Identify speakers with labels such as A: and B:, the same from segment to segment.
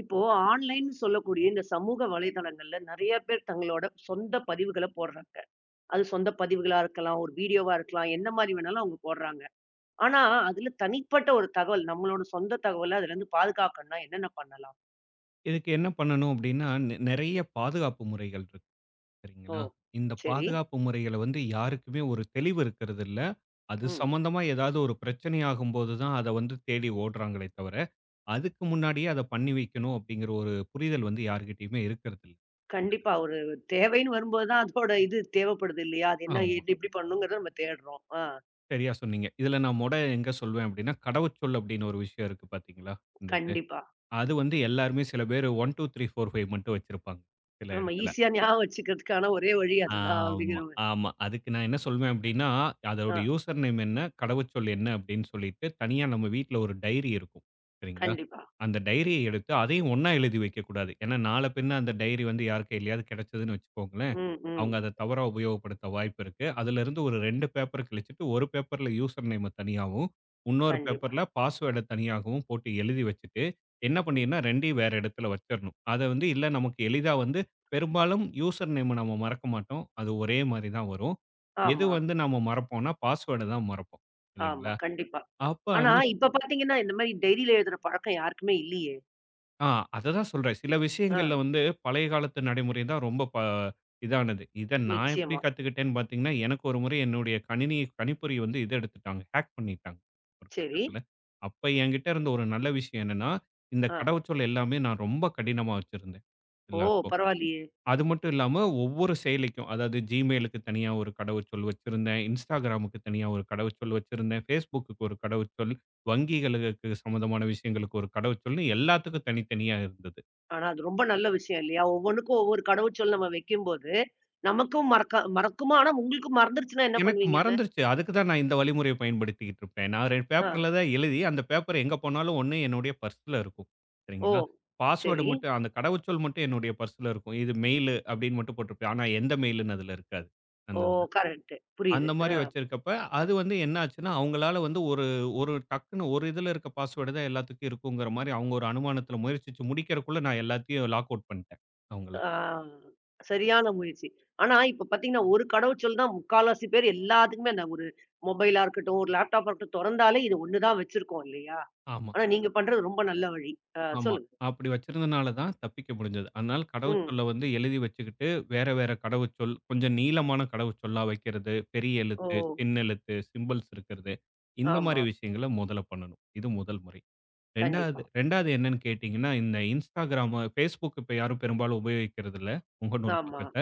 A: இப்போ ஆன்லைன்னு சொல்லக்கூடிய இந்த சமூக வலைதளங்கள்ல நெறைய பேர் தங்களோட சொந்த பதிவுகள போடுறாங்க. அது சொந்த பதிவுகளா இருக்கலாம், ஒரு வீடியோவா இருக்கலாம், என்ன மாரி வேணாலும் அவங்க போடுறாங்க. ஆனா, அதுல தனிப்பட்ட ஒரு தகவல், நம்மளோட சொந்த தகவல அதுலருந்து பாதுகாக்கணும்னா என்னென்ன பண்ணலாம்?
B: இதுக்கு என்ன பண்ணணும் அப்படின்னா, நெறைய பாதுகாப்பு முறைகள் இருக்கு,
A: ஓ!
B: சரிங்களா? இந்த
A: சரி.
B: பாதுகாப்பு முறைகள வந்து யாருக்குமே ஒரு தெளிவு இருக்கிறதில்ல. அது
A: ம்.
B: சம்மந்தமா ஏதாவது ஒரு பிரச்சனை ஆகும்போது தான் அத வந்து தேடி ஓடுறாங்களே தவிர, அதுக்கு முன்னாடியே அத பண்ணி வைக்கணும் அப்படிங்கிற ஒரு புரிதல் வந்து யார்கிட்டயுமே இருக்கிறதில்ல.
A: கண்டிப்பா. ஒரு தேவைன்னு வரும்போது தான் அதோட இது தேவைப்படுது இல்லையா? அது என்ன
B: ஆமா.
A: எது எப்படி பண்ணணுங்கிறத நம்ம தேடுறோம். ஆ.
B: சரியா சொன்னீங்க. இதுல நான் எங்க சொல்வேன் அப்படின்னா, கடவுச்சொல் அப்படின்னு ஒரு விஷயம் இருக்கு பார்த்தீங்களா? இந்த இது.
A: கண்டிப்பா.
B: அது வந்து எல்லாருமே சில பேரு 1, 2, 3, 4, 5 மட்டும் வச்சிருப்பாங்க சில
A: ஆமா.
B: இடத்துல.
A: ஈஸியா ஞாபகம் வச்சுக்கிறதுக்கான ஒரே வழி அதுதான்
B: ஆமா,
A: அப்படிங்கிற மாரி.
B: ஆமா. அதுக்கு நான் என்ன சொல்வேன் அப்டின்னா, அதோட
A: ஆ.
B: யூசர் நேம் என்ன? கடவுச்சொல் என்ன? அப்டின்னு சொல்லிட்டு, தனியா நம்ம வீட்ல ஒரு டைரி இருக்கும். சரிங்களா?
A: கண்டிப்பா.
B: அந்த டைரிய எடுத்து அதையும் ஒண்ணா எழுதி வைக்கக்கூடாது. ஏன்னா, நாள பின்ன அந்த டைரி வந்து யார் கையிலயாவது கிடைச்சதுன்னு வச்சுக்கோங்களேன்,
A: ம்,
B: அவங்க
A: ம்.
B: அத தவறா உபயோகப்படுத்த வாய்ப்பு இருக்கு. அதுலருந்து ஒரு 2 பேப்பர் கிழிச்சிட்டு, ஒரு பேப்பர்ல யூசர் நேம தனியாவும், உன்னொரு
A: கண்டிப்பா.
B: பேப்பர்ல பாஸ்வேர்ட தனியாகவும் போட்டு எழுதி வச்சுட்டு, என்ன
A: ம்.
B: பண்ணிருன்னா 2யும் வேற இடத்துல வச்சரணும். அத வந்து இல்ல, நமக்கு எளிதா வந்து பெரும்பாலும் யூசர் நேம நம்ம மறக்க மாட்டோம். அது ஒரே மாரி தான் வரும். எது
A: ஆமா,
B: வந்து நம்ம மறப்போம்னா, பாஸ்வேர்ட தான் மறப்போம்.
A: ஆமா.
B: இல்லைங்களா?
A: கண்டிப்பா.
B: அப்ப
A: ஆனா,
B: அந்த
A: ம். இப்ப பார்த்தீங்கன்னா, இந்த மாரி டைரியில எழுதுற பழக்கம் யாருக்குமே இல்லையே!
B: ஆ அததான் சொல்றேன். சில
A: ஆ,
B: விஷயங்கள்ல வந்து பழைய காலத்து நடைமுறை தான் ரொம்ப இதானது. இத நான் எப்படி
A: நிச்சயமா.
B: கத்துக்கிட்டேன்னு பார்த்தீங்கன்னா, எனக்கு ஒரு முறை என்னுடைய கணினி கணிப்பொறி வந்து இத எடுத்துட்டாங்க. ஹேக் பண்ணிட்டாங்க ஒரு
A: சரி.
B: கட்டத்துல. அப்ப என்கிட்ட இருந்த ஒரு நல்ல விஷயம் என்னன்னா, இந்த
A: ஆ.
B: கடவுச்சொல் எல்லாமே நான் ரொம்ப கடினமா வச்சிருந்தேன்
A: ஓ!
B: எல்லாருக்கும்.
A: பரவாயில்லையே!
B: அது மட்டும் இல்லாம ஒவ்வொரு செயலிக்கும், அதாவது Gmailக்கு தனியா ஒரு கடவுச்சொல் வச்சிருந்தேன். Instagramக்கு தனியா ஒரு கடவுச்சொல் வச்சிருந்தேன். Facebookக்கு ஒரு கடவுச்சொல், வங்கிகளுக்கு சம்மந்தமான விஷயங்களுக்கு ஒரு கடவுச்சொல்னு எல்லாத்துக்கும் தனித்தனியா இருந்தது.
A: ஆனா, அது ரொம்ப நல்ல விஷயம் இல்லையா? ஒவ்வொன்னுக்கும் ஒவ்வொரு கடவுச்சொல் நம்ம வைக்கும்போது, நமக்கும் மறக்க மறக்குமா? ஆனா, உங்களுக்கு மறந்துருச்சுன்னா என்ன
B: எனக்கு
A: பண்ணுவீங்க அத?
B: மறந்துருச்சு. அதுக்கு தான் நான் இந்த வழிமுறைய பயன்படுத்திக்கிட்டு இருப்பேன். நான் 2
A: ஆ.
B: பேப்பர்ல தான் எழுதி, அந்த பேப்பர் எங்க போனாலும் ஒண்ணு என்னுடைய பர்ஸ்ல இருக்கும்.
A: ஓ!
B: சரிங்களா? பாஸ்வேர்டு
A: சரி.
B: மட்டும் அந்த கடவுச்சொல் மட்டும் என்னுடைய பர்ஸ்ல இருக்கும். இது மெயிலு அப்படின்னு மட்டும் போட்டிருப்பேன். ஆனா எந்த மெயில்ன்னு அதுல இருக்காது. அந்த
A: ஓ!
B: இதுல.
A: கரெக்ட். புரியுது.
B: அந்த
A: ஆ.
B: மாரி வச்சிருக்கப்ப, அது வந்து என்ன ஆச்சுன்னா, அவங்களால வந்து ஒரு ஒரு டக்குன்னு ஒரு இதுல இருக்க பாஸ்வேர்டு தான் எல்லாத்துக்கும் இருக்குங்கிற மாரி அவங்க ஒரு அனுமானத்துல முயற்சிச்சு முடிக்கிறக்குள்ள நான் எல்லாத்தையும் லாக் அவுட் பண்ணிட்டேன் அவங்கள.
A: ஆ. சரியான முயற்சி. ஆனா, இப்ப பார்த்தீங்கன்னா, ஒரு கடவுச்சொல் தான் முக்கால்வாசி பேர் எல்லாத்துக்குமே அந்த ஒரு மொபைலா இருக்கட்டும், ஒரு லேப்டாப்பா இருக்கட்டும் தொறந்தாலே இது ஒண்ணு தான் வச்சிருக்கோம் இல்லையா?
B: ஆமா,
A: ஆனா நீங்க பண்றது ரொம்ப நல்ல வழி.
B: ஆமா.
A: சொல்லுங்க.
B: அப்படி வச்சிருந்தனால தான் தப்பிக்க முடிஞ்சது. அதனால
A: ம்.
B: கடவுச்சொல்ல வந்து எழுதி வச்சுக்கிட்டு, வேற வேற கடவுச்சொல், கொஞ்சம் நீளமான கடவுச்சொல்லா வைக்கிறது, பெரிய
A: ஓ!
B: எழுத்து, சின்னெழுத்து, சிம்பல்ஸ் இருக்கிறது, இந்த
A: ஆமா.
B: மாரி விஷயங்கள முதல்ல பண்ணணும். இது முதல் முறை.
A: கண்டிப்பா.
B: 2வது என்னன்னு கேட்டீங்கன்னா, இந்த Instagram, Facebook இப்ப யாரும் பெரும்பாலும் உபயோகிக்கிறது இல்ல. முகநூல்
A: ஆமா.
B: பக்கத்த.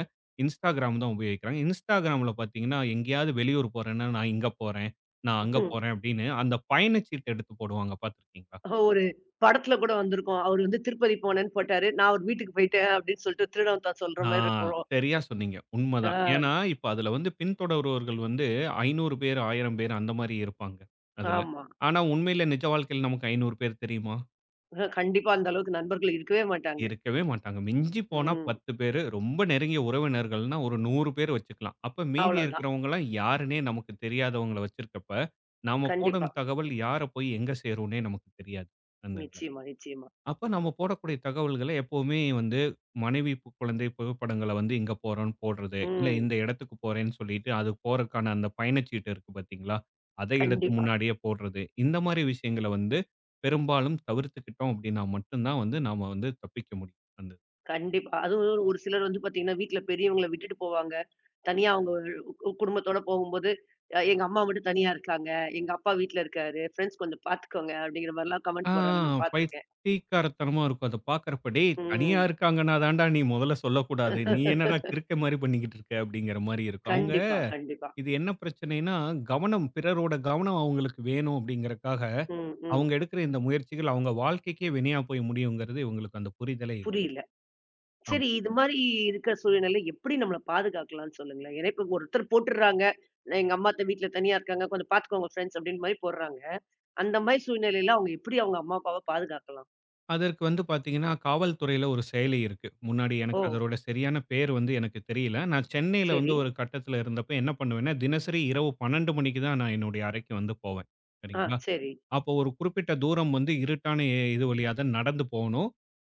B: Instagram தான் உபயோகிக்கிறாங்க. Instagramல பார்த்தீங்கன்னா, எங்கேயாவது வெளியூர் போறேன்னா, நான் இங்க போறேன், நான் அங்க
A: ம்.
B: போறேன் அப்படின்னு அந்த பயணச்சீட்டு எடுத்து போடுவாங்க பார்த்துருக்கீங்களா?
A: ஒரு படத்துல கூட வந்திருக்கும். அவரு வந்து திருப்பதி போனேன்னு போட்டாரு. "நான் அவரு வீட்டுக்கு போயிட்டேன்" அப்படின்னு சொல்லிட்டு திருடன் தான் சொல்ற
B: ஆ,
A: மாரி இருக்கும்.
B: சரியா சொன்னீங்க. உண்மதான்.
A: ஆ,
B: ஏன்னா, இப்ப அதுல வந்து பின்தொடர்பவர்கள் வந்து 500 பேர், 1000 பேர் அந்த மாரி இருப்பாங்க அதுல.
A: ஆமா.
B: ஆனா, உண்மையில நிஜ வாழ்க்கையில நமக்கு 500 பேர் தெரியுமா?
A: கண்டிப்பா அந்த அளவுக்கு நண்பர்கள் இருக்கவே மாட்டாங்க.
B: இருக்கவே மாட்டாங்க. மிஞ்சி போனா
A: ம்.
B: 10 பேரு. ரொம்ப நெருங்கிய உறவினர்கள்னா ஒரு 100 பேர் வச்சுக்கலாம். அப்ப மீதி
A: அவ்வளவுதான்.
B: இருக்கிறவங்கலாம் யாருன்னே நமக்கு தெரியாதவங்கள வச்சிருக்கப்ப, நாம
A: கண்டிப்பா.
B: போடும் தகவல் யார போய் எங்க சேரும்னே நமக்கு தெரியாது. அந்த
A: நிச்சயமா, நிச்சயமா.
B: அப்ப நம்ம போடக்கூடிய தகவல்கள எப்பவுமே வந்து மனைவி, குழந்தை புகைப்படங்கள வந்து இங்க போறோம்ன்னு போடுறது. இல்ல
A: ம்.
B: இந்த இடத்துக்கு போறேன்னு சொல்லிட்டு, அது போறக்கான அந்த பயணச்சீட்டு இருக்கு பார்த்தீங்களா? அதை எடுத்து
A: கண்டிப்பா.
B: முன்னாடியே போடுறது. இந்த மாரி விஷயங்கள வந்து பெரும்பாலும் தவிர்த்துக்கிட்டோம் அப்படின்னா மட்டும் தான் வந்து நாம வந்து தப்பிக்க முடியும். அந்த
A: கண்டிப்பா. அதுவும் ஒரு சிலர் வந்து பாத்தீங்கன்னா, வீட்ல பெரியவங்கள விட்டுட்டு போவாங்க. தனியா அவங்க குடும்பத்தோட போகும்போது, எங்க அம்மா மட்டும் தனியா இருக்காங்க. எங்க அப்பா வீட்ல இருக்காரு. ஃப்ரெண்ட்ஸ் கொஞ்சம் பாத்துக்கோங்க அப்படிங்கிற மாரிலாம்
B: ஆ
A: கமெண்ட் போடுறாங்க. நான் பாத்துருக்கேன்.
B: பைத்தியக்காரத்தனமா இருக்கும். அத பார்க்கறப்ப, "டேய் தனியா
A: ம்.
B: இருக்காங்கன்னா தான்டா நீ முதல்ல சொல்லக்கூடாது. நீ என்னடா கிறுக்க மாரி பண்ணிக்கிட்டு இருக்க?" அப்படிங்கிற மாரி இருக்கும். அவங்க
A: கண்டிப்பா, கண்டிப்பா.
B: இது என்ன பிரச்சனைன்னா, கவனம் பிறரோட கவனம் அவங்களுக்கு வேணும் அப்படிங்கிறக்காக,
A: ம், ம்.
B: அவங்க எடுக்கிற இந்த முயற்சிகள் அவங்க வாழ்க்கைக்கே வினையா போய் முடியுங்கிறது இவங்களுக்கு அந்த புரிதலே இல்ல.
A: புரியல.
B: ஆமா.
A: சரி இது மாரி இருக்கிற சூழ்நிலையில எப்படி நம்மள பாதுகாக்கலாம்ன்னு சொல்லுங்களேன்? ஏன்னா இப்ப ஒருத்தர் போட்டுடுறாங்க. நான் எங்க அம்மா வீட்ல தனியா இருக்காங்க. கொஞ்சம் பாத்துக்கோங்க ஃப்ரெண்ட்ஸ் அப்படின்னு மாரி போடுறாங்க. அந்த மாரி சூழ்நிலையில அவங்க எப்படி அவங்க அம்மா, அப்பாவ பாதுகாக்கலாம்?
B: அதற்கு வந்து பார்த்தீங்கன்னா, காவல்துறையில ஒரு செயலி இருக்கு. முன்னாடி
A: ஓ!
B: எனக்கு அதோட சரியான பேர் வந்து எனக்கு தெரியல. நான் சென்னையில வந்து
A: சரி.
B: ஒரு கட்டத்தில இருந்தப்ப என்ன பண்ணுவேன்னா, தினசரி இரவு 12 மணிக்கு தான் நான் என்னுடைய அறைக்கு வந்து போவேன்.
A: ஆ
B: சரிங்களா?
A: சரி.
B: அப்போ ஒரு குறிப்பிட்ட தூரம் வந்து இருட்டான இது வழியா தான் நடந்து போகணும்.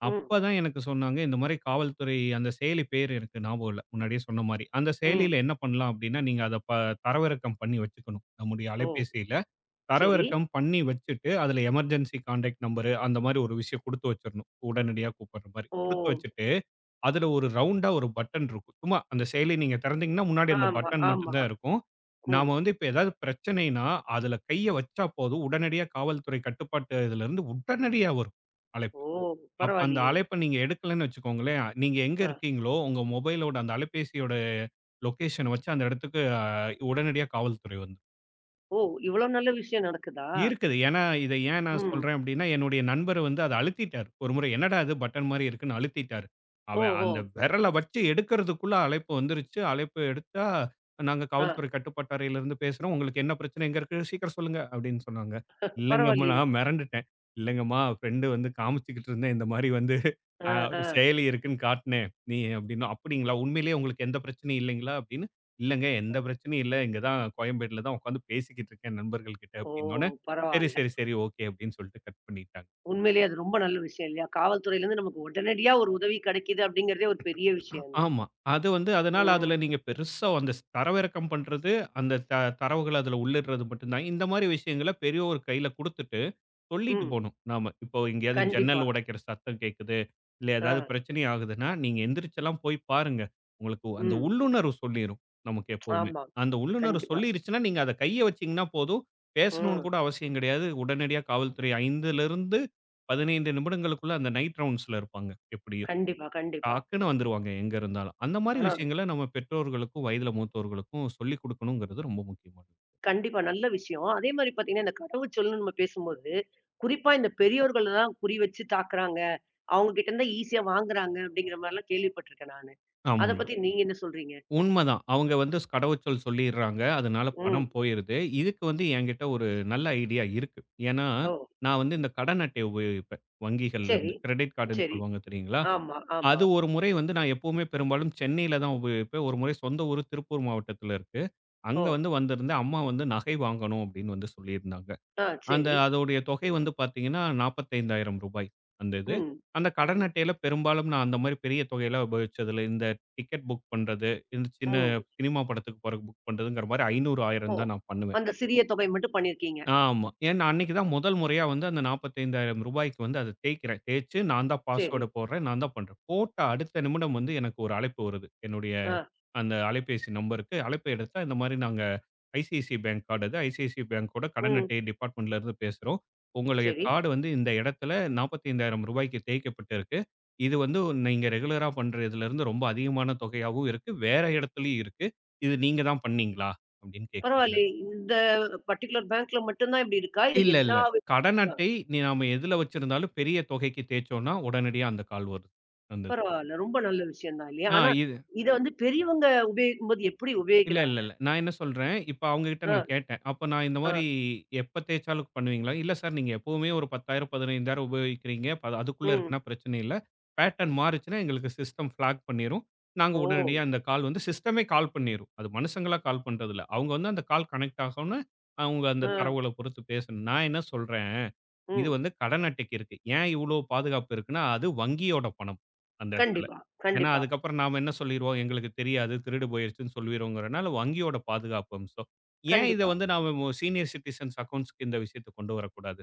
A: ம்,
B: அப்பதான் எனக்கு சொன்னாங்க, இந்த மாரி காவல்துறை அந்த செயலி பேரு எனக்கு ஞாபகம் இல்ல. முன்னாடியே சொன்ன மாரி. அந்த
A: ம்.
B: செயலியில என்ன பண்ணலாம் அப்படின்னா, நீங்க அத தரவிறக்கம் பண்ணி வச்சுக்கணும். நம்முடைய
A: ஓ!
B: அலைபேசியில
A: சரி.
B: தரவிறக்கம் பண்ணி வச்சுட்டு, அதுல எமர்ஜென்சி கான்டாக்ட் நம்பரு அந்த மாரி ஒரு விஷயம் குடுத்து வச்சிரணும். உடனடியா கூப்பிடுற மாரி.
A: ஓ!
B: குடுத்து வச்சுட்டு அதுல ஒரு ரவுண்டா ஒரு பட்டன் இருக்கும். சும்மா அந்த செயலி நீங்க திறந்தீங்கன்னா, முன்னாடி அந்த
A: ஆமா,
B: பட்டன் மட்டும்
A: ஆமா.
B: தான் இருக்கும்.
A: ம்.
B: நாம வந்து இப்ப ஏதாவது பிரச்சனைன்னா, அதுல கைய வச்சா போதும், உடனடியா காவல்துறை கட்டுப்பாட்டு இதுலருந்து உடனடியா வரும் அழைப்பு.
A: ஓ!
B: அப்ப அந்த
A: பரவாயில்லையே!
B: அழைப்ப நீங்க எடுக்கலன்னு வச்சுக்கோங்களேன், நீங்க எங்க
A: அ.
B: இருக்கீங்களோ, உங்க மொபைலோட அந்த அலைபேசியோட லொகேஷன வச்சு அந்த இடத்துக்கு உடனடியா காவல்துறை வந்துரும்.
A: ஓ! இவ்ளோ நல்ல விஷயம் நடக்குதா?
B: இருக்குது. ஏன்னா, இத ஏன் நான்
A: ம்.
B: சொல்றேன் அப்படின்னா, என்னுடைய நண்பர் வந்து அத அழுத்திட்டாரு. ஒரு முறை என்னடா இது பட்டன் மாரி இருக்குன்னு அழுத்திட்டாரு. அவன்
A: ஓஹோ!
B: அந்த விரல வச்சு எடுக்கிறதுக்குள்ள அழைப்பு வந்துருச்சு. அழைப்பு எடுத்தா, "நாங்க
A: ஆ.
B: காவல்துறை கட்டுப்பாட்டு அறையிலிருந்து பேசுறோம். உங்களுக்கு என்ன பிரச்சனை? எங்க இருக்கு? சீக்கிரம் சொல்லுங்க" அப்படின்னு சொன்னாங்க. இல்லங்கம்மா
A: பரவாயில்லையே!
B: நான் மிரண்டுட்டேன். "இல்லங்கம்மா ஃப்ரெண்டு வந்து காமிச்சுக்கிட்டு இருந்தேன். இந்த மாரி வந்து
A: அ, ஆ.
B: ஒரு செயலி இருக்குன்னு காட்டுனேன். நீ" அப்படின்னா, "அப்படிங்களா? உண்மையிலேயே உங்களுக்கு எந்த பிரச்சனையும் இல்லைங்களா?" அப்படின்னு, "இல்லங்க எந்த பிரச்சனையும் இல்ல. இங்க தான் கோயம்பேடுல தான் உட்காந்து பேசிக்கிட்டு இருக்கேன் நண்பர்கள் கிட்ட"
A: ஓ!
B: அப்படின்னோனே சரி,
A: பரவால்ல.
B: சரி, சரி. ஓகே. அப்படின்னு சொல்லிட்டு கட் பண்ணிட்டாங்க.
A: உண்மையிலேயே அது ரொம்ப நல்ல விஷயம் இல்லையா? காவல்துறையிலருந்து நமக்கு உடனடியா ஒரு உதவி கிடைக்குது அப்படிங்கிறதே ஒரு பெரிய விஷயம் தான்.
B: ஆமா. அது வந்து அதனால அதுல
A: ம்,
B: நீங்க பெருசா அந்த தரவிறக்கம் பண்றது, அந்த தரவுகள அதுல உள்ளிடுறது மட்டும் தான். இந்த மாரி விஷயங்கள பெரியோர் கையில குடுத்துட்டு, சொல்லிட்டு
A: ம்.
B: போணும் நாம. இப்போ எங்கேயாவது
A: கண்டிப்பா.
B: ஜன்னல் உடைக்கிற சத்தம் கேட்குது, இல்ல
A: ஆ.
B: ஏதாவது பிரச்சனை ஆகுதுன்னா, நீங்க எந்திரிச்செல்லாம் போய் பாருங்க. உங்களுக்கு அந்த
A: ம்.
B: உள்ளுணர்வு சொல்லிரும். நமக்கு எப்பவுமே.
A: ஆமா.
B: அந்த உள்ளுணர்வு
A: கண்டிப்பா.
B: சொல்லிருச்சுன்னா, நீங்க அத கைய வச்சீங்கன்னா போதும். பேசணும்னு
A: ம்.
B: கூட அவசியம் கிடையாது. உடனடியா காவல்துறை 5லிருந்து 15 நிமிடங்களுக்குள்ள அந்த நைட் ரவுண்ட்ஸ்ல இருப்பாங்க எப்படியும்.
A: கண்டிப்பா, கண்டிப்பா.
B: டக்குன்னு வந்துருவாங்க எங்க இருந்தாலும். அந்த மாரி
A: ஆனா
B: விஷயங்கள நம்ம பெற்றோர்களுக்கும், வயதில மூத்தோர்களுக்கும் சொல்லிக் குடுக்கணுங்கிறது ரொம்ப முக்கியமானது.
A: கண்டிப்பா. நல்ல விஷயம். அதே மாரி பார்த்தீங்கன்னா, இந்த கடவுச்சொல்லுன்னு நம்ம பேசும்போது, குறிப்பா இந்த பெரியோர்கள தான் குறி வச்சு தாக்குறாங்க. அவங்க கிட்ட இருந்தா ஈஸியா வாங்குறாங்க அப்படிங்கிற மாரிலாம் கேள்விப்பட்டுருக்கேன் நானு. அத
B: ஆமாங்க.
A: பத்தி நீங்க என்ன சொல்றீங்க?
B: உண்மதான். அவங்க வந்து கடவுச்சொல் சொல்லிர்றாங்க. அதனால பணம்
A: ம்.
B: போயிருது. இதுக்கு வந்து என்கிட்ட ஒரு நல்ல ஐடியா இருக்கு. ஏன்னா,
A: ஓ!
B: நான் வந்து இந்த கடன் அட்டைய உபயோகிப்பேன். வங்கிகள்ல இருந்து.
A: சரி,
B: கிரெடிட் கார்டுன்னு
A: சரி.
B: சொல்லுவாங்க தெரியுங்களா?
A: ஆமா, ஆமா.
B: அது ஒரு முறை வந்து நான் எப்பவுமே பெரும்பாலும் சென்னையில தான் உபயோகிப்பேன். ஒரு முறை சொந்த ஊரு திருப்பூர் மாவட்டத்தில இருக்கு.
A: ஓ!
B: அங்க வந்து வந்திருந்தேன். அம்மா வந்து நகை வாங்கணும் அப்படின்னு வந்து சொல்லியிருந்தாங்க.
A: ஆ
B: அந்த
A: சரி.
B: அதோடைய தொகை வந்து பார்த்தீங்கன்னா, ரூ. 45,000 அந்த இது.
A: ம்,
B: அந்த கடன் அட்டையில பெரும்பாலும் நான் அந்த மாரி பெரிய தொகையெல்லாம் உபயோகிச்சது இல்ல. இந்த டிக்கெட் புக் பண்றது, இந்த சின்ன
A: ம்.
B: சினிமா படத்துக்கு போறதுக்கு புக் பண்றதுங்கிற மாரி 500,
A: ஓ!
B: 1000 தான் நான் பண்ணுவேன்.
A: அந்த சிறிய தொகை மட்டும் பண்ணியிருக்கீங்க.
B: ஆமா. ஏன்னா அன்னைக்கு தான் முதல் முறையா வந்து அந்த ரூ. 45,000க்கு வந்து அத தேய்க்கிறேன். தேய்ச்சு நான் தான்
A: சரி.
B: பாஸ்வேர்ட போடுறேன். நான் தான் பண்றேன். போட்ட அடுத்த நிமிடம் வந்து எனக்கு ஒரு அழைப்பு வருது. என்னுடைய
A: ஆ.
B: அந்த அலைபேசி நம்பருக்கு அழைப்பு எடுத்தா, இந்த மாரி நாங்க ஐசிஐசிஐ பேங்க் கார்டு அது. ஐசிஐசிஐ பேங்கோட கடன்
A: ம்.
B: அட்டை டிபார்ட்மெண்ட்லேருந்து பேசுறோம். உங்களுடைய
A: சரி.
B: கார்டு வந்து இந்த இடத்துல ரூ. 45,000க்கு தேய்க்கப்பட்டிருக்கு. இது வந்து நீங்க ரெகுலரா பண்ற இதுலேருந்து ரொம்ப அதிகமான தொகையாவும் இருக்கு. வேற இடத்துலயும் இருக்கு. இது நீங்க தான் பண்ணீங்களா? அப்படின்னு கேட்குறாங்க.
A: பரவாயில்லையே. இந்த பர்ட்டிகுலர் பேங்க்ல மட்டும் தான் இப்படி இருக்கா? இல்ல
B: இல்ல, இல்ல.
A: எல்லா
B: கடன் அட்டை நாம எதுல வச்சிருந்தாலும் பெரிய தொகைக்கு தேய்ச்சோம்னா, உடனடியா அந்த கால் வருது. அந்த
A: பரவால்ல. ரொம்ப நல்ல விஷயம் தான் இல்லையா?
B: ஆ
A: ஆனா,
B: இது
A: இத வந்து பெரியவங்க உபயோகிக்கும்போது எப்படி
B: இல்ல, இல்ல,
A: உபயோகிக்கிறாங்க?
B: இல்ல. நான் என்ன சொல்றேன், இப்ப அவங்ககிட்ட
A: ஆ,
B: நான் கேட்டேன். அப்ப நான் இந்த
A: ஆ,
B: மாரி எப்ப தேய்ச்சாலும் பண்ணுவீங்களா? இல்ல சார், நீங்க எப்பவுமே ஒரு 10,000, 15,000 உபயோகிக்கிறீங்க. அதுக்குள்ள
A: ம்.
B: இருக்குன்னா பிரச்சனை இல்ல. பேட்டர்ன் மாறுச்சுன்னா எங்களுக்கு சிஸ்டம் ஃபிளாக் பண்ணிரும். நாங்க
A: ஓ!
B: உடனடியா அந்த கால் வந்து சிஸ்டமே கால் பண்ணிரும். அது மனுஷங்களா கால் பண்றது இல்ல. அவங்க வந்து அந்த கால் கனெக்ட் ஆகும்னு, அவங்க அந்த
A: ஆ,
B: தரவுகள பொறுத்து பேசணும். நான் என்ன சொல்றேன், இது
A: ம்.
B: வந்து கடன் அட்டைக்கு இருக்கு. ஏன் இவ்ளோ பாதுகாப்பு இருக்குன்னா, அது வங்கியோட பணம் அந்த இடத்துல.
A: கண்டிப்பா,
B: ஏன்னா,
A: கண்டிப்பா,
B: அதுக்கப்புறம் நாம என்ன சொல்லிருவோம், எங்களுக்கு தெரியாது திருடு போயிருச்சுன்னு சொல்லிருவோங்கிறனால வங்கியோட பாதுகாப்பு அம்சம். ஏன் இத
A: கண்டிப்பா,
B: வந்து நாம சீனியர் சிட்டிசன்ஸ் அக்கவுண்ட்ஸ்க்கு இந்த விஷயத்த கொண்டு வரக்கூடாது?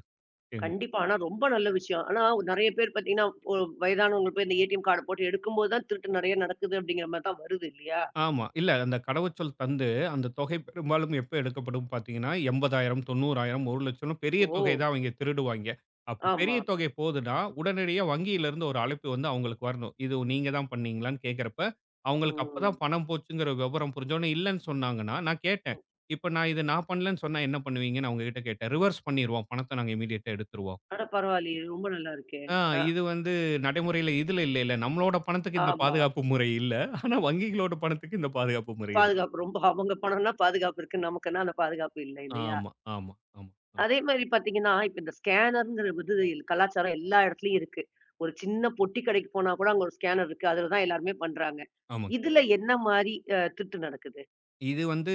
A: கண்டிப்பா. ஆனா ரொம்ப நல்ல விஷயம். ஆனா நெறைய பேர் பார்த்தீங்கன்னா, ஒ வயதானவங்க போய் இந்த ஏடிஎம் கார்ட போட்டு எடுக்கும்போது தான் திருட்டு நெறைய நடக்குது அப்படிங்கிற மாரி தான் வருது இல்லையா?
B: ஆமா. இல்ல அந்த கடவுச்சொல் தந்து, அந்த தொகை பெரும்பாலும் எப்ப எடுக்கப்படும் பார்த்தீங்கன்னா, 80,000, 90,000, 1,00,000 பெரிய
A: ஓ!
B: தொகை தான் அவைங்க திருடுவாய்ங்க. அப்ப பெரிய
A: ஆமா.
B: தொகை போதுன்னா, உடனடியா வங்கியிலிருந்து ஒரு அழைப்பு வந்து அவங்களுக்கு வரணும். இது நீங்க தான் பண்ணீங்களான்னு கேட்கிறப்ப, அவங்களுக்கு அப்பதான்
A: ம்.
B: பணம் போச்சுங்கிற விவரம் புரிஞ்சோனே இல்லன்னு சொன்னாங்கன்னா, நான் கேட்டேன். இப்ப நான் இது நான் பண்ணலன்னு சொன்னா என்ன பண்ணுவீங்கன்னு அவங்ககிட்ட கேட்டேன். ரிவர்ஸ் பண்ணிருவோம். பணத்த நாங்க இம்மீடியட்டா எடுத்துருவோம்.
A: அட பரவாயில்லையே! ரொம்ப நல்லா இருக்கே.
B: ஆ
A: அ
B: இது வந்து நடைமுறையில இதுல இல்லைல்ல. நம்மளோட பணத்துக்கு இந்த
A: ஆமா.
B: பாதுகாப்பு முறை இல்ல. ஆனா வங்கிகளோட பணத்துக்கு இந்த பாதுகாப்பு முறை இருக்கு.
A: பாதுகாப்பு ரொம்ப அவங்க பணம்னா பாதுகாப்பு இருக்கு. நமக்குன்னா அந்த பாதுகாப்பு இல்ல இல்லையா?
B: ஆமா, ஆமா, ஆமா, ஆமா,
A: அதே மாரி பாத்தீங்கன்னா, இப்ப இந்த ஸ்கேனர்ங்கிற வந்து கலாச்சாரம் எல்லா இடத்துலயும் இருக்கு. ஒரு சின்ன பொட்டி கடைக்கு போனா கூட அங்க ஒரு ஸ்கேனர் இருக்கு. அதுல தான் எல்லாருமே பண்றாங்க.
B: ஆமாங்க.
A: இதுல என்ன மாரி அ திருட்டு நடக்குது?
B: இது வந்து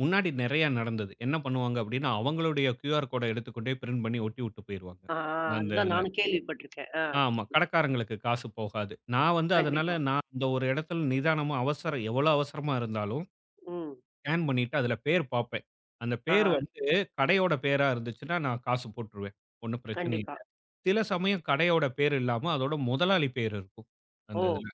B: முன்னாடி நெறைய நடந்தது. என்ன பண்ணுவாங்க அப்டின்னா, அவங்களுடைய கியூஆர் கோட எடுத்துக்கொண்டு போய் பிரிண்ட் பண்ணி ஒட்டி விட்டு போயிருவாங்க.
A: ஆ
B: அந்த
A: அதுதான்
B: இதுல.
A: நானும் கேள்விப்பட்டுருக்கேன். ஆ
B: ஆமா. கடைக்காரங்களுக்கு காசு போகாது. நான் வந்து அதனால
A: கண்டிப்பா.
B: நான் அந்த ஒரு இடத்துல நிதானமா அவசரம் எவ்வளோ அவசரமா இருந்தாலும்,
A: ம்.
B: ஸ்கேன் பண்ணிட்டு அதில பேர் பார்ப்பேன். அந்த பேர்
A: ஆ
B: வந்து கடையோட பேரா இருந்துச்சுன்னா, நான் காசு போட்டுருவேன். ஒண்ணும் பிரச்சனை
A: கண்டிப்பா.
B: இல்ல. சில சமயம் கடையோட பேர் இல்லாம அதோட முதலாளி பேர் இருக்கும். அந்த
A: ஓ!
B: இதில.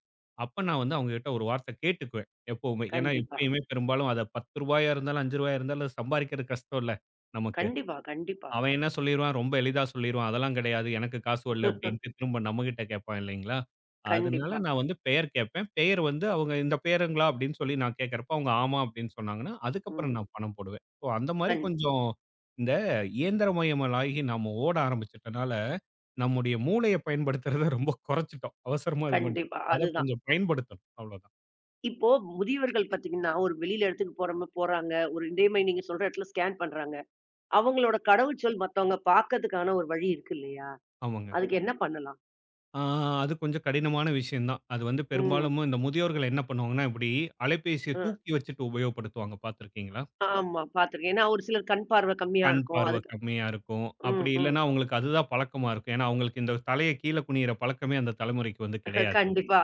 B: அப்ப நான் வந்து அவங்ககிட்ட ஒரு வார்த்தை கேட்டுக்குவேன். எப்பவுமே. ஏன்னா
A: கண்டிப்பா.
B: எப்பயுமே பெரும்பாலும் அத ரூ. 10 இருந்தாலும், ரூ. 5 இருந்தாலும் சம்பாரிக்கிறது கஷ்டம் இல்ல நமக்கு.
A: கண்டிப்பா, கண்டிப்பா.
B: அவன் என்ன சொல்லிருவான், ரொம்ப எளிதா சொல்லிருவான். அதெல்லாம் கிடையாது. எனக்கு காசு வரல அப்டின்ட்டு திரும்ப நம்மகிட்ட கேட்பான் இல்லைங்களா? அதனால
A: கண்டிப்பா.
B: நான் வந்து பெயர் கேட்பேன். பெயர் வந்து அவங்க இந்த பெயருங்களா அப்படின்னு சொல்லி நான் கேட்கறப்ப, அவங்க ஆமா அப்படின்னு சொன்னாங்கன்னா, அதுக்கப்புறம்
A: ம்.
B: நான் பணம் போடுவேன். ஸோ அந்த மாரி
A: கண்
B: கொஞ்சம் இந்த இயந்திரமயமாகி நாம ஓட ஆரம்பிச்சுட்டனால, நம்முடைய மூளைய பயன்படுத்துறத ரொம்ப குறைச்சுட்டோம். அவசரமா இது பண்றோம்.
A: கண்டிப்பா.
B: அத
A: அதுதான்.
B: கொஞ்சம் பயன்படுத்தணும். அவ்வளோதான்.
A: இப்போ முதியவர்கள் பாத்தீங்கன்னா, ஒரு வெளியில இடத்துக்கு போறோம போறாங்க. ஒரு இதே மாரி நீங்க சொல்ற இடத்துல ஸ்கேன் பண்றாங்க. அவங்களோட கடவுச்சொல் மத்தவங்க பாக்கதுக்கான ஒரு வழி இருக்கு இல்லையா?
B: ஆமாங்க.
A: அதுக்கு என்ன பண்ணலாம்?
B: ஆ, அது கொஞ்சம் கடினமான விஷயம் தான். அது வந்து
A: ம்.
B: பெரும்பாலும் இந்த முதியோர்கள் என்ன பண்ணுவாங்கன்னா, இப்படி அலைபேசிய
A: அ.
B: தூக்கி வச்சுட்டு உபயோகப்படுத்துவாங்க பார்த்திருக்கீங்களா?
A: ஆமா பாத்துருக்கேன். ஏன்னா ஒரு சிலர் கண் பார்வ கம்மியா
B: கண்
A: இருக்கும்.
B: பார்வை
A: அதுக்கு
B: கம்மியா இருக்கும். அப்படி
A: ம், ம்.
B: இல்லன்னா, அவங்களுக்கு அதுதான் பழக்கமா இருக்கும். ஏன்னா, அவங்களுக்கு இந்த தலைய கீழ குனியிற பழக்கமே அந்த தலைமுறைக்கு வந்து கிடையாது.
A: கண்டிப்பா.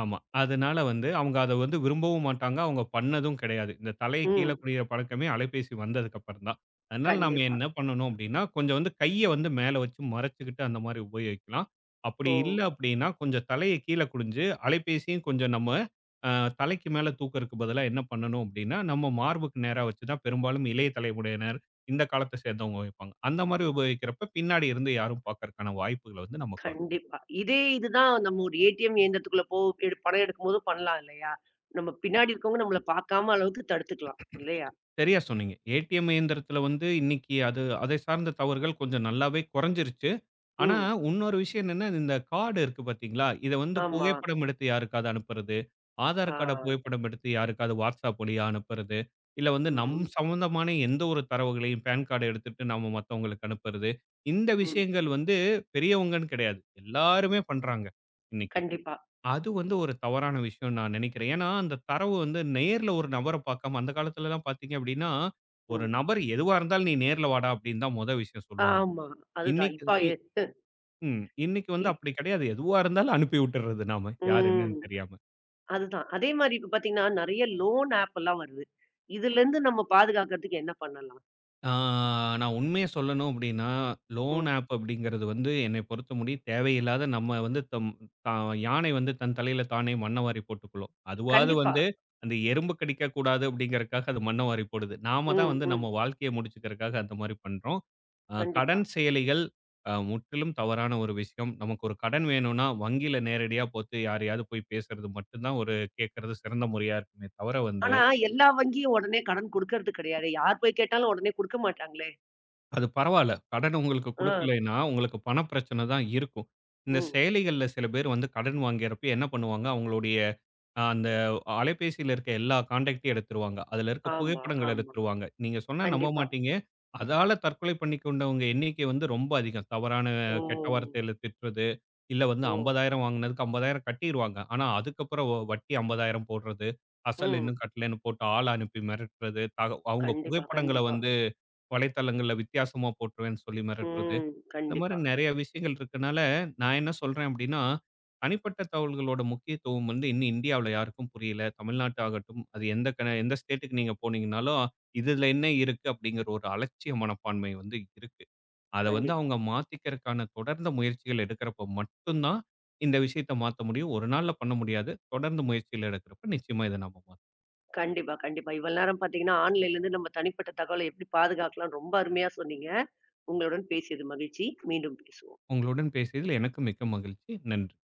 B: ஆமா. அதனால வந்து அவங்க அத வந்து விரும்பவும் மாட்டாங்க. அவங்க பண்ணதும் கிடையாது. இந்த தலைய கீழ
A: ம்.
B: குனியிற பழக்கமே அலைபேசி வந்ததுக்கப்புறம் தான். அதனால நாம
A: கண்டிப்பா.
B: என்ன பண்ணணும் அப்டின்னா, கொஞ்சம் வந்து கைய வந்து மேல வச்சு மறைச்சுக்கிட்டு அந்த மாரி உபயோகிக்கலாம். அப்படி
A: ஓ!
B: இல்ல அப்டின்னா, கொஞ்சம் தலைய கீழ குனிஞ்சு அலைபேசியும் கொஞ்சம் நம்ம அ தலைக்கு மேல தூக்கறக்கு பதிலா என்ன பண்ணணும் அப்டின்னா, நம்ம மார்புக்கு நேரா வச்சு தான் பெரும்பாலும் இளைய தலைமுறையினர், இந்த காலத்த சேர்ந்தவங்க வைப்பாங்க. அந்த மாரி உபயோகிக்கிறப்ப பின்னாடி இருந்து யாரும் பார்க்கறக்கான வாய்ப்புகள வந்து நம்ம குறைச்சுக்கலாம்.
A: கண்டிப்பா. இதே இதுதான் நம்ம ஒரு ஏடிஎம் இயந்திரத்துக்குள்ள போ எடு பணம் எடுக்கும்போது பண்ணலாம் இல்லையா? நம்ம பின்னாடி இருக்கவங்க நம்மள பாக்காம அளவுக்கு தடுத்துக்கலாம். இல்லையா?
B: சரியா சொன்னீங்க. ஏடிஎம் இயந்திரத்தில வந்து இன்னைக்கு அது அதை சார்ந்த தவறுகள் கொஞ்சம் நல்லாவே குறைஞ்சிருச்சு. ஆனா,
A: ம்.
B: இன்னொரு விஷயம் என்னன்னா, இந்த கார்டு இருக்கு பார்த்தீங்களா? இத வந்து
A: ஆமா.
B: புகைப்படம் எடுத்து யாருக்காவது அனுப்புறது, ஆதார்
A: ஆ.
B: கார்ட புகைப்படம் எடுத்து யாருக்காவது WhatsApp வழியா அனுப்புறது, இல்ல வந்து நம்
A: ம்.
B: சம்மந்தமான எந்த ஒரு தரவுகளையும் பான் கார்ட எடுத்துட்டு நாம மத்தவங்களுக்கு அனுப்புறது. இந்த
A: ம்.
B: விஷயங்கள் வந்து பெரியவங்கன்னு கிடையாது. எல்லாருமே பண்றாங்க இன்னைக்கு.
A: கண்டிப்பா.
B: அது வந்து ஒரு தவறான விஷயம்னு நான் நினைக்கிறேன். ஏன்னா, அந்த தரவு வந்து நேர்ல ஒரு நபர பார்க்காம அந்த காலத்துலலாம் பார்த்தீங்க அப்படின்னா, ஒரு
A: ம்.
B: நபர் எதுவா இருந்தாலும் "நீ நேர்ல வாடா" அப்படின்னு தான் மொத விஷயம் சொல்லுவாங்க.
A: ஆமா. அதுதான்.
B: இன்னைக்கு
A: இப்ப
B: இ
A: எ
B: ம். இன்னைக்கு வந்து
A: இ
B: அப்படி கிடையாது. எதுவா இருந்தாலும் அனுப்பி விட்டுறது நாம. யார் என்னன்னு
A: ம்.
B: தெரியாம.
A: அதுதான். அதே மாரி இப்ப பார்த்தீங்கன்னா, நெறைய லோன் ஆப் எல்லாம் வருது. இதுலருந்து நம்ம பாதுகாக்கிறதுக்கு என்ன பண்ணலாம்?
B: ஆ, நான் உண்மைய சொல்லணும் அப்படின்னா, லோன்
A: ம்.
B: ஆப் அப்படிங்கிறது வந்து என்னை பொறுத்தமுடி தேவையில்லாத நம்ம வந்து தம் தா யானை வந்து தன் தலையில தானே மண்ண வாரி போட்டுக்குளும். அதுவாது
A: கண்டிப்பா.
B: வந்து அந்த எறும்பு கடிக்கக் கூடாது அப்படிங்கிறதுக்காக அது மண்ண வாரி போடுது. நாம தான்
A: ம்,
B: வந்து நம்ம
A: ம்.
B: வாழ்க்கைய முடிச்சுக்கிறதுக்காக அந்த மாரி பண்றோம்.
A: கண்டிப்பா.
B: கடன் செயலிகள் முற்றிலும் தவறான ஒரு விஷயம். நமக்கு ஒரு கடன் வேணும்னா, வங்கியில நேரடியா போத்து யாரையாவது போய் பேசுறது மட்டும் தான் ஒரு கேட்கறது சிறந்த முறையா இருக்குமே தவிர வந்து
A: ஆனா, எல்லா வங்கியும் உடனே கடன் குடுக்கறது கிடையாதே. யார் போய் கேட்டாலும் உடனே குடுக்க மாட்டாங்களே!
B: அது பரவால்ல. கடன் உங்களுக்கு
A: ஆ.
B: குடுக்கலைன்னா, உங்களுக்கு பண பிரச்சனை தான் இருக்கும். இந்த
A: ம்.
B: செயலிகள்ல சில பேர் வந்து கடன் வாங்கிறப்ப என்ன பண்ணுவாங்க, அவங்களுடைய அந்த அலைபேசியில இருக்க எல்லா கான்டாக்ட்டையும் எடுத்துருவாங்க. அதில இருக்க
A: ஆமா,
B: புகைப்படங்கள்
A: ஆமா.
B: எடுத்துருவாங்க. நீங்க சொன்னா நம்ப
A: கண்டிப்பா.
B: மாட்டீங்க. அதால தற்கொலை பண்ணிக் கொண்டவங்க எண்ணிக்கை வந்து ரொம்ப அதிகம். தவறான
A: ஓ!
B: கெட்ட வார்த்தையில திட்டுறது, இல்ல வந்து
A: ஓ!
B: 50,000 வாங்குனதுக்கு 50,000 கட்டிருவாங்க. ஆனா, அதுக்கப்புறம் வட்டி 50,000 போடுறது, அசல்
A: ம்.
B: இன்னும் கட்டலன்னு போட்டு ஆள் அனுப்பி மிரட்டுறது, அவங்க
A: கண்டிப்பா,
B: புகைப்படங்கள
A: கண்டிப்பா.
B: வந்து வலைத்தளங்கள்ல வித்தியாசமா போட்டுருவேன்னு சொல்லி மிரட்டுறது.
A: ம்.
B: இந்த மாரி
A: கண்டிப்பா,
B: நெறைய விஷயங்கள் இருக்கனால, நான் என்ன சொல்றேன் அப்டின்னா, தனிப்பட்ட தகவல்களோட முக்கியத்துவம் வந்து இன்னும் இந்தியாவுல யாருக்கும் புரியல. தமிழ்நாட்டு ஆகட்டும், அது எந்த எந்த ஸ்டேட்டுக்கு நீங்க போனீங்கனாலும், இதுல என்ன இருக்கு அப்டிங்கிற ஒரு அலட்சிய மனப்பான்மை வந்து இருக்கு. அத வந்து
A: கண்டிப்பா.
B: அவங்க மாத்திக்கிறக்கான தொடர்ந்த முயற்சிகள் எடுக்கிறப்ப மட்டும் தான், இந்த விஷயத்த மாத்த முடியும். ஒரு நாள்ல பண்ண முடியாது. தொடர்ந்து முயற்சிகள் எடுக்கிறப்ப நிச்சயமா இத நம்ம மாத்தலாம்.
A: கண்டிப்பா, கண்டிப்பா. இவ்வளவு நேரம் பார்த்தீங்கன்னா, ஆன்லைன்லேருந்து நம்ம தனிப்பட்ட தகவல எப்படி பாதுகாக்கலாம்ன்னு ரொம்ப அருமையா சொன்னீங்க. உங்களுடன் பேசியது மகிழ்ச்சி. மீண்டும் பேசுவோம்.
B: உங்களுடன் பேசியதில் எனக்கு மிக்க மகிழ்ச்சி. நன்றி.